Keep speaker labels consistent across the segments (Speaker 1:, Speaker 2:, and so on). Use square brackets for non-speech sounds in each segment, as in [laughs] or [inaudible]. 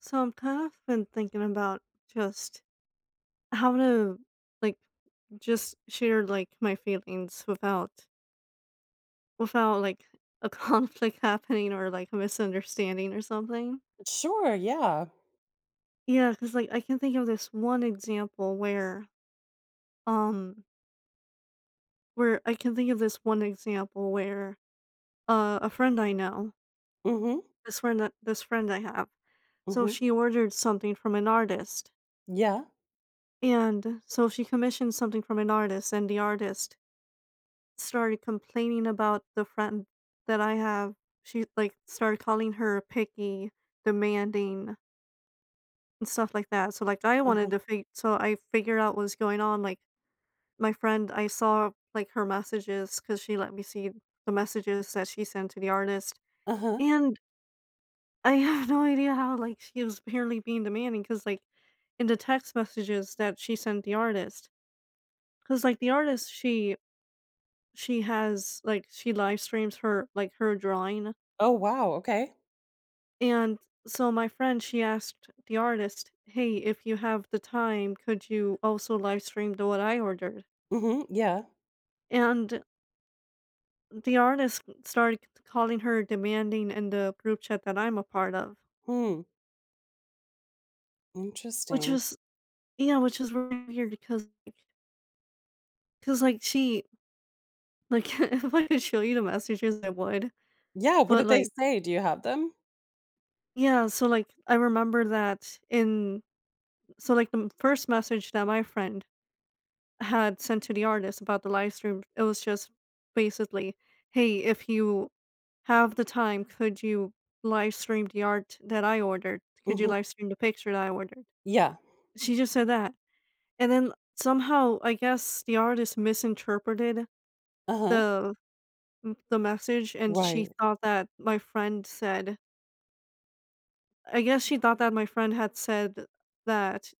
Speaker 1: So I'm kind of been thinking about just how to like just share like my feelings without like a [laughs] conflict happening or like a misunderstanding or something.
Speaker 2: Sure, yeah.
Speaker 1: Yeah, cuz like I can think of this one example um where I can think of this one example where a friend I know,
Speaker 2: Mhm,
Speaker 1: this friend I have. So
Speaker 2: mhm.
Speaker 1: she ordered something from an artist
Speaker 2: Yeah,
Speaker 1: and so she commissioned something from an artist, and the artist started complaining about the friend that I have. She like started calling her picky, demanding, and stuff like that. So like I
Speaker 2: uh-huh,
Speaker 1: wanted to fig so I figured out what was going on. Like my friend, I saw like her messages because she let me see the messages that she sent to the artist,
Speaker 2: uh-huh.
Speaker 1: and I [laughs] have no idea how like she was apparently being demanding because like in the text messages that she sent the artist, because like the artist she has like she live streams her like her drawing.
Speaker 2: Oh, wow, okay.
Speaker 1: And so my friend, she asked the artist, "Hey, if you have the time, could you also live stream the what I ordered?"
Speaker 2: Mhm, yeah.
Speaker 1: And the artist started calling her demanding in the group chat that I'm a part of,
Speaker 2: Hmm,
Speaker 1: which
Speaker 2: interesting.
Speaker 1: is yeah, which is really weird because like she like [laughs] if I could show you the messages, I would.
Speaker 2: Yeah, what
Speaker 1: But
Speaker 2: did they
Speaker 1: like
Speaker 2: say? Do you have them?
Speaker 1: yeah, so like I remember that in the first message that my friend had sent to the artist about the live stream, it was just basically, "Hey, if you have the time, could you live stream the art that I ordered? Could you
Speaker 2: Mhm.
Speaker 1: live stream the picture that I ordered?"
Speaker 2: Yeah,
Speaker 1: She just said that, and then somehow, I guess the artist misinterpreted
Speaker 2: uh-huh.
Speaker 1: the the message, and she
Speaker 2: Right.
Speaker 1: thought that my friend said, I guess she thought that my friend had said that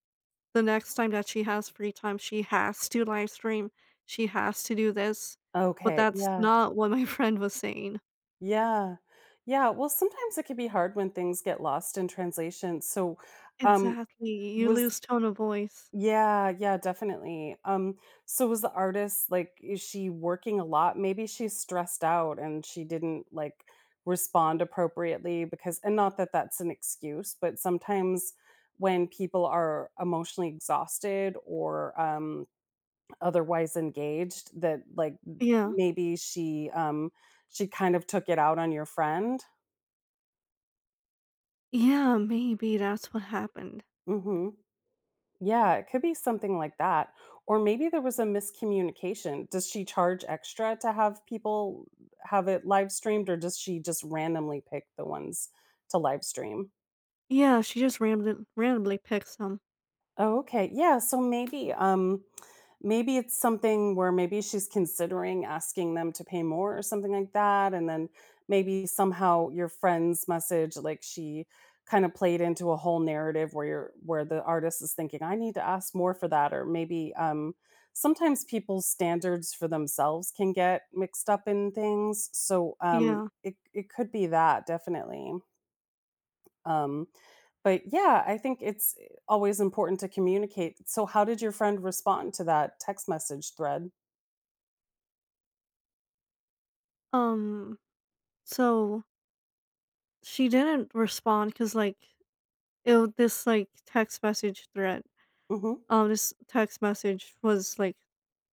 Speaker 1: the next time that she has free time, she has to live stream, she has to do this, but
Speaker 2: Okay,
Speaker 1: that's
Speaker 2: yeah.
Speaker 1: not what my [laughs] friend was saying.
Speaker 2: Yeah. Yeah, well, sometimes it can be hard when things get lost in translation, so, um,
Speaker 1: Exactly, you
Speaker 2: was
Speaker 1: lose tone of voice.
Speaker 2: Yeah, yeah, definitely. So was the artist like is she working a lot? Maybe she's stressed out and she didn't like respond appropriately because and not that that's an excuse, but sometimes when people are emotionally exhausted or otherwise engaged that like
Speaker 1: Yeah.
Speaker 2: maybe she she kind of took it out on your friend.
Speaker 1: Yeah, maybe that's what happened.
Speaker 2: Mhm. Yeah, it could be something like that. Or maybe there was a miscommunication. Does she charge extra to have people have it live streamed, or does she just randomly pick the ones to live stream?
Speaker 1: Yeah, she just randomly picked some.
Speaker 2: Oh, okay. Yeah, so maybe maybe it's something where maybe she's considering asking them to pay more or something like that and then maybe somehow your friend's message like she kind of played into a whole narrative where you're where the artist is thinking I need to ask more for that or maybe sometimes people's standards for themselves can get mixed up in things. So
Speaker 1: Yeah.
Speaker 2: it could be that definitely. Um but yeah, I think it's always important to communicate. So how did your friend respond to that text message thread?
Speaker 1: Um, so she didn't respond because, like, text message thread,
Speaker 2: Mhm,
Speaker 1: this text message was, like,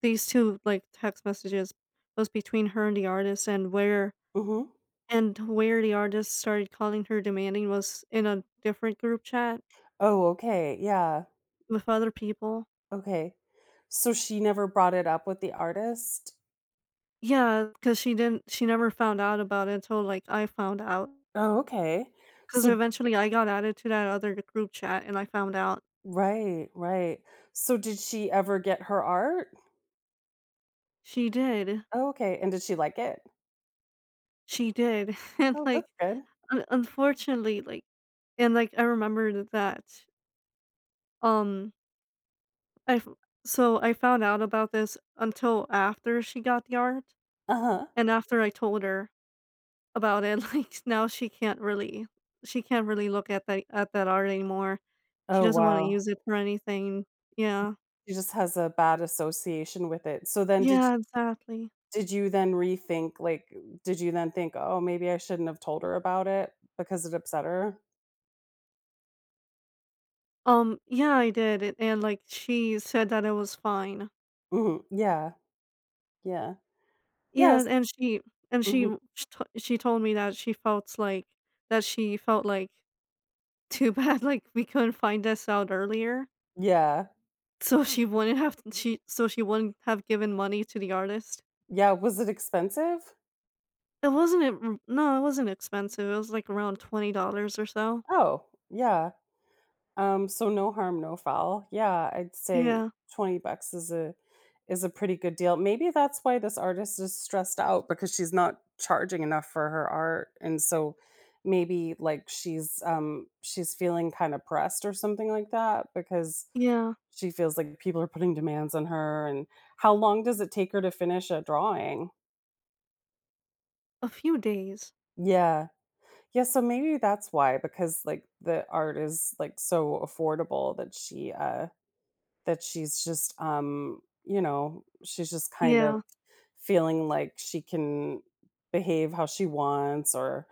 Speaker 1: these 2, like, text messages was between her and the artist,
Speaker 2: mhm.
Speaker 1: and where the artist started calling her demanding was in a different group chat
Speaker 2: Oh, okay, yeah,
Speaker 1: with other people.
Speaker 2: okay. So she never brought it up with the artist?
Speaker 1: Yeah, because she never found out about it until, like, I found out.
Speaker 2: Oh, okay.
Speaker 1: Because
Speaker 2: So
Speaker 1: eventually I got added to that other group chat and I found out.
Speaker 2: right, right. So did she ever get her art?
Speaker 1: She did.
Speaker 2: Oh, okay, and did she like it?
Speaker 1: She did. [laughs] And,
Speaker 2: Oh,
Speaker 1: like,
Speaker 2: that's good.
Speaker 1: un unfortunately, like, and, like, I remembered that, um, I f so I found out about this until after she got the art
Speaker 2: Uh-huh.
Speaker 1: and after I told her about it. [laughs] Like, now she can't really look at that art anymore. She
Speaker 2: Oh,
Speaker 1: doesn't wanna
Speaker 2: wow.
Speaker 1: use it for anything. Yeah.
Speaker 2: She just has a bad association with it. So then
Speaker 1: Yeah, exactly.
Speaker 2: did you then rethink, like, did you then think, "Oh, maybe I shouldn't have told her about it because it upset her?"
Speaker 1: Yeah, I did, and like, she said that it was fine.
Speaker 2: Mhm, yeah, yeah. Yes,
Speaker 1: Yeah, and she
Speaker 2: mhm,
Speaker 1: w- sh t she told me that she felt like that she felt like, "Too bad, [laughs] like, we couldn't find this out earlier."
Speaker 2: yeah.
Speaker 1: So she wouldn't have given money to the artist.
Speaker 2: Yeah, was it expensive?
Speaker 1: It wasn't it r No, it wasn't expensive, it was, like, around $20 or so.
Speaker 2: Oh, yeah. So no harm, no foul. Yeah, I'd say
Speaker 1: Yeah,
Speaker 2: 20 bucks is a pretty good deal. Maybe that's why this artist is stressed out because she's not charging enough for her art. And so maybe like she's she's feeling kind of pressed or something like that because
Speaker 1: yeah,
Speaker 2: she feels like people are putting demands on her and how long does it take her to finish a drawing?
Speaker 1: a few days.
Speaker 2: Yeah. Yeah, so maybe that's why because like the art is like so affordable that she That she's just, she's just kind of
Speaker 1: Yeah,
Speaker 2: feeling like she can behave how she wants, or,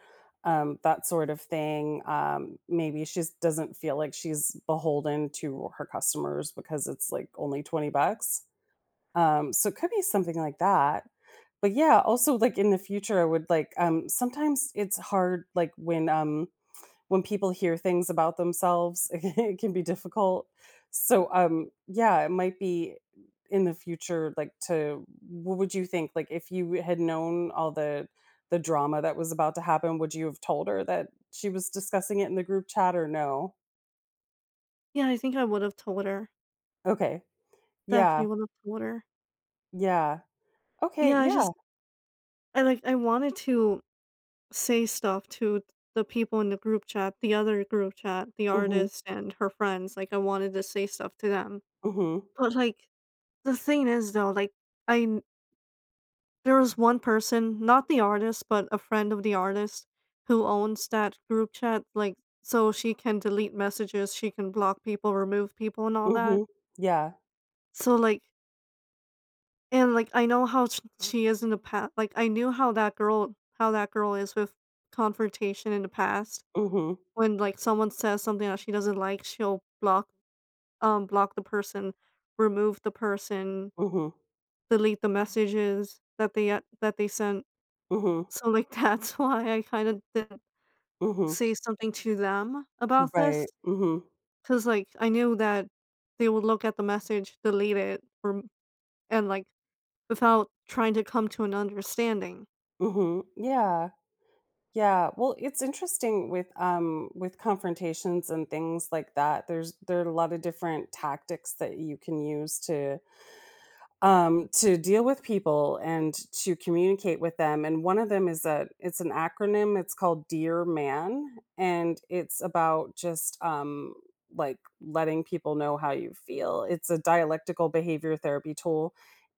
Speaker 2: that sort of thing. Maybe she doesn't feel like she's beholden to her customers because it's like only 20 bucks. So it could be something like that. But yeah, also like in the future, I would like, sometimes it's hard, like when people hear things about themselves, [laughs] it can be difficult. So, yeah, it might be in the future, like to what would you think? Like if you had known all the drama that was about to happen, would you have told her that she was discussing it in the group chat or no?
Speaker 1: yeah, I think I would've told her,
Speaker 2: Okay. Yeah.
Speaker 1: definitely would've told her.
Speaker 2: Yeah. Okay.
Speaker 1: Yeah, I
Speaker 2: Yeah.
Speaker 1: just I wanted to say stuff to the people in the group chat, the other group chat, the
Speaker 2: Mhm.
Speaker 1: artist and her friends, like, I wanted to say stuff to them.
Speaker 2: Mhm.
Speaker 1: But, like, the thing is, though, like, I there was one person, not the artist, but a friend of the artist, who owns that group chat, like, so she can delete messages, she can block people, remove people, and all that.
Speaker 2: Mhm. Yeah.
Speaker 1: So, like, and like, I know how she is in the past. Like, I knew how that girl is with confrontation in the past.
Speaker 2: Mhm.
Speaker 1: When like someone says something that she doesn't like, she'll block, block the person, remove the person,
Speaker 2: Mhm.
Speaker 1: delete the messages that they sent.
Speaker 2: Mhm.
Speaker 1: So like [laughs] that's why I kind of
Speaker 2: Mhm.
Speaker 1: say something to them about this,
Speaker 2: Right.
Speaker 1: because
Speaker 2: Mhm.
Speaker 1: like, I knew that they would look at the message, delete it, or and, like, without trying to come to an understanding.
Speaker 2: Mhm. Yeah. Yeah, well, it's interesting with confrontations and things like that. There are a lot of different tactics that you can use to deal with people and to communicate with them. And one of them is a it's an acronym. It's called Dear Man, and it's about just like letting people know how you feel. It's a dialectical behavior therapy tool,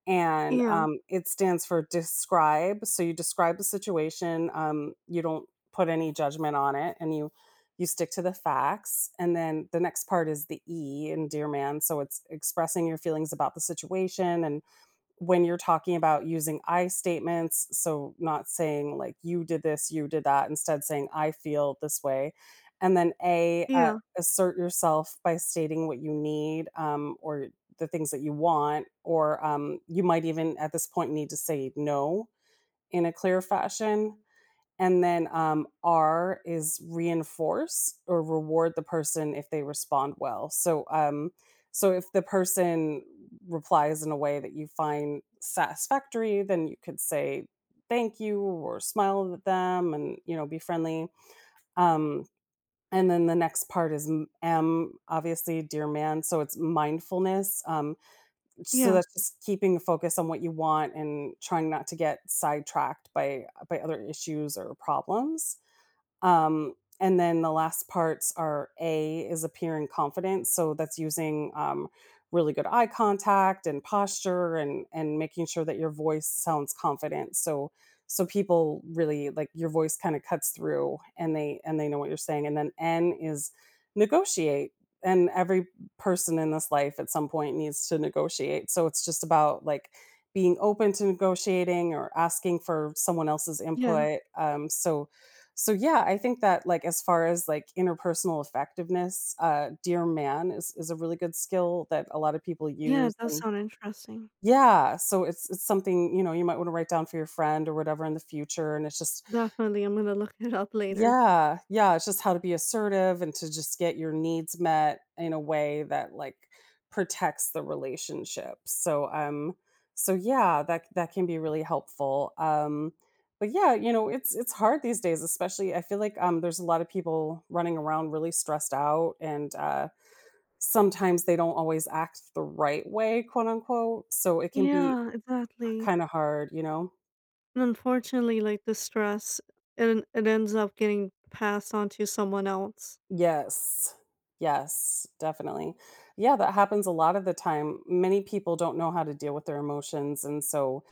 Speaker 2: and
Speaker 1: Yeah,
Speaker 2: it stands for describe. So you describe the situation. You don't put any judgment on it, and you stick to the facts. And then the next part is the E in Dear Man. So it's expressing your feelings about the situation and when you're talking about using I statements, so not saying like you did this, you did that, instead saying I feel this way. And then A,
Speaker 1: yeah,
Speaker 2: assert yourself by stating what you need or the things that you want, or you might even at this point need to say no in a clear fashion. And then, R is reinforce or reward the person if they respond well. So, so if the person replies in a way that you find satisfactory, then you could say thank you or smile at them and you know be friendly. Um, and then the next part is M, obviously, dear man. So it's mindfulness. So
Speaker 1: yeah,
Speaker 2: that's just keeping a focus on what you want and trying not to get sidetracked by other issues or problems. And then the last parts are A is appearing confident. So that's using really good eye contact and posture and making sure that your voice sounds confident. So so people really like your voice kind of cuts through and they know what you're saying. And then N is negotiate. And every person in this life at some point needs to negotiate. So it's just about like being open to negotiating or asking for someone else's
Speaker 1: yeah,
Speaker 2: input. So so yeah, I think that like as far as like interpersonal effectiveness, uh, dear man is a really good skill that a lot of people
Speaker 1: yeah,
Speaker 2: use,
Speaker 1: it does
Speaker 2: and
Speaker 1: sound interesting.
Speaker 2: yeah, so it's something, you know, you might want to write down for your friend or whatever in the future, and it's just
Speaker 1: Definitely, I'm gonna look [laughs] it up later.
Speaker 2: yeah, yeah, it's just how to be assertive and to just get your needs met in a way that like protects the relationship. So so yeah, that that can be really helpful. But yeah, you know, it's hard these days, especially I feel like there's a lot of people running around really stressed out and sometimes they don't always act the right way, quote unquote. So it can be
Speaker 1: Yeah, exactly.
Speaker 2: kind of hard, you know.
Speaker 1: And unfortunately, like, the stress, it ends up getting passed on to someone else.
Speaker 2: Yes. Yes, definitely. Yeah, that happens a lot of the time. Many people don't know how to deal with their emotions, and so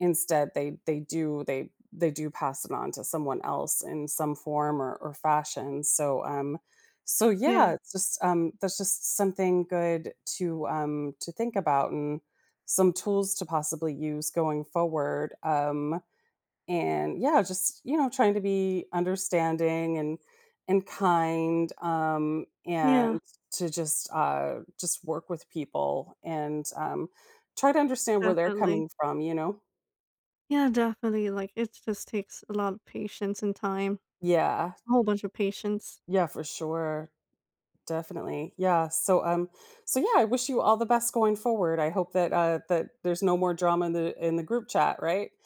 Speaker 2: instead they do pass it on to someone else in some form or fashion. So so
Speaker 1: Yeah,
Speaker 2: yeah, it's just that's just something good to think about, and some tools to possibly use going forward. And yeah, just, you know, trying to be understanding and kind,
Speaker 1: yeah,
Speaker 2: and to just work with people and, try to understand where they're
Speaker 1: definitely.
Speaker 2: coming from, you know?
Speaker 1: Yeah, definitely, like, it just takes a lot of patience and time.
Speaker 2: Yeah.
Speaker 1: A whole bunch of patience.
Speaker 2: Yeah, for sure. Definitely. Yeah. So, so yeah, I wish you all the best going forward. I hope that, that there's no more drama in the group chat, right? [laughs]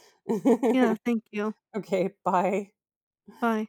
Speaker 1: Yeah, thank you.
Speaker 2: Okay, bye.
Speaker 1: Bye.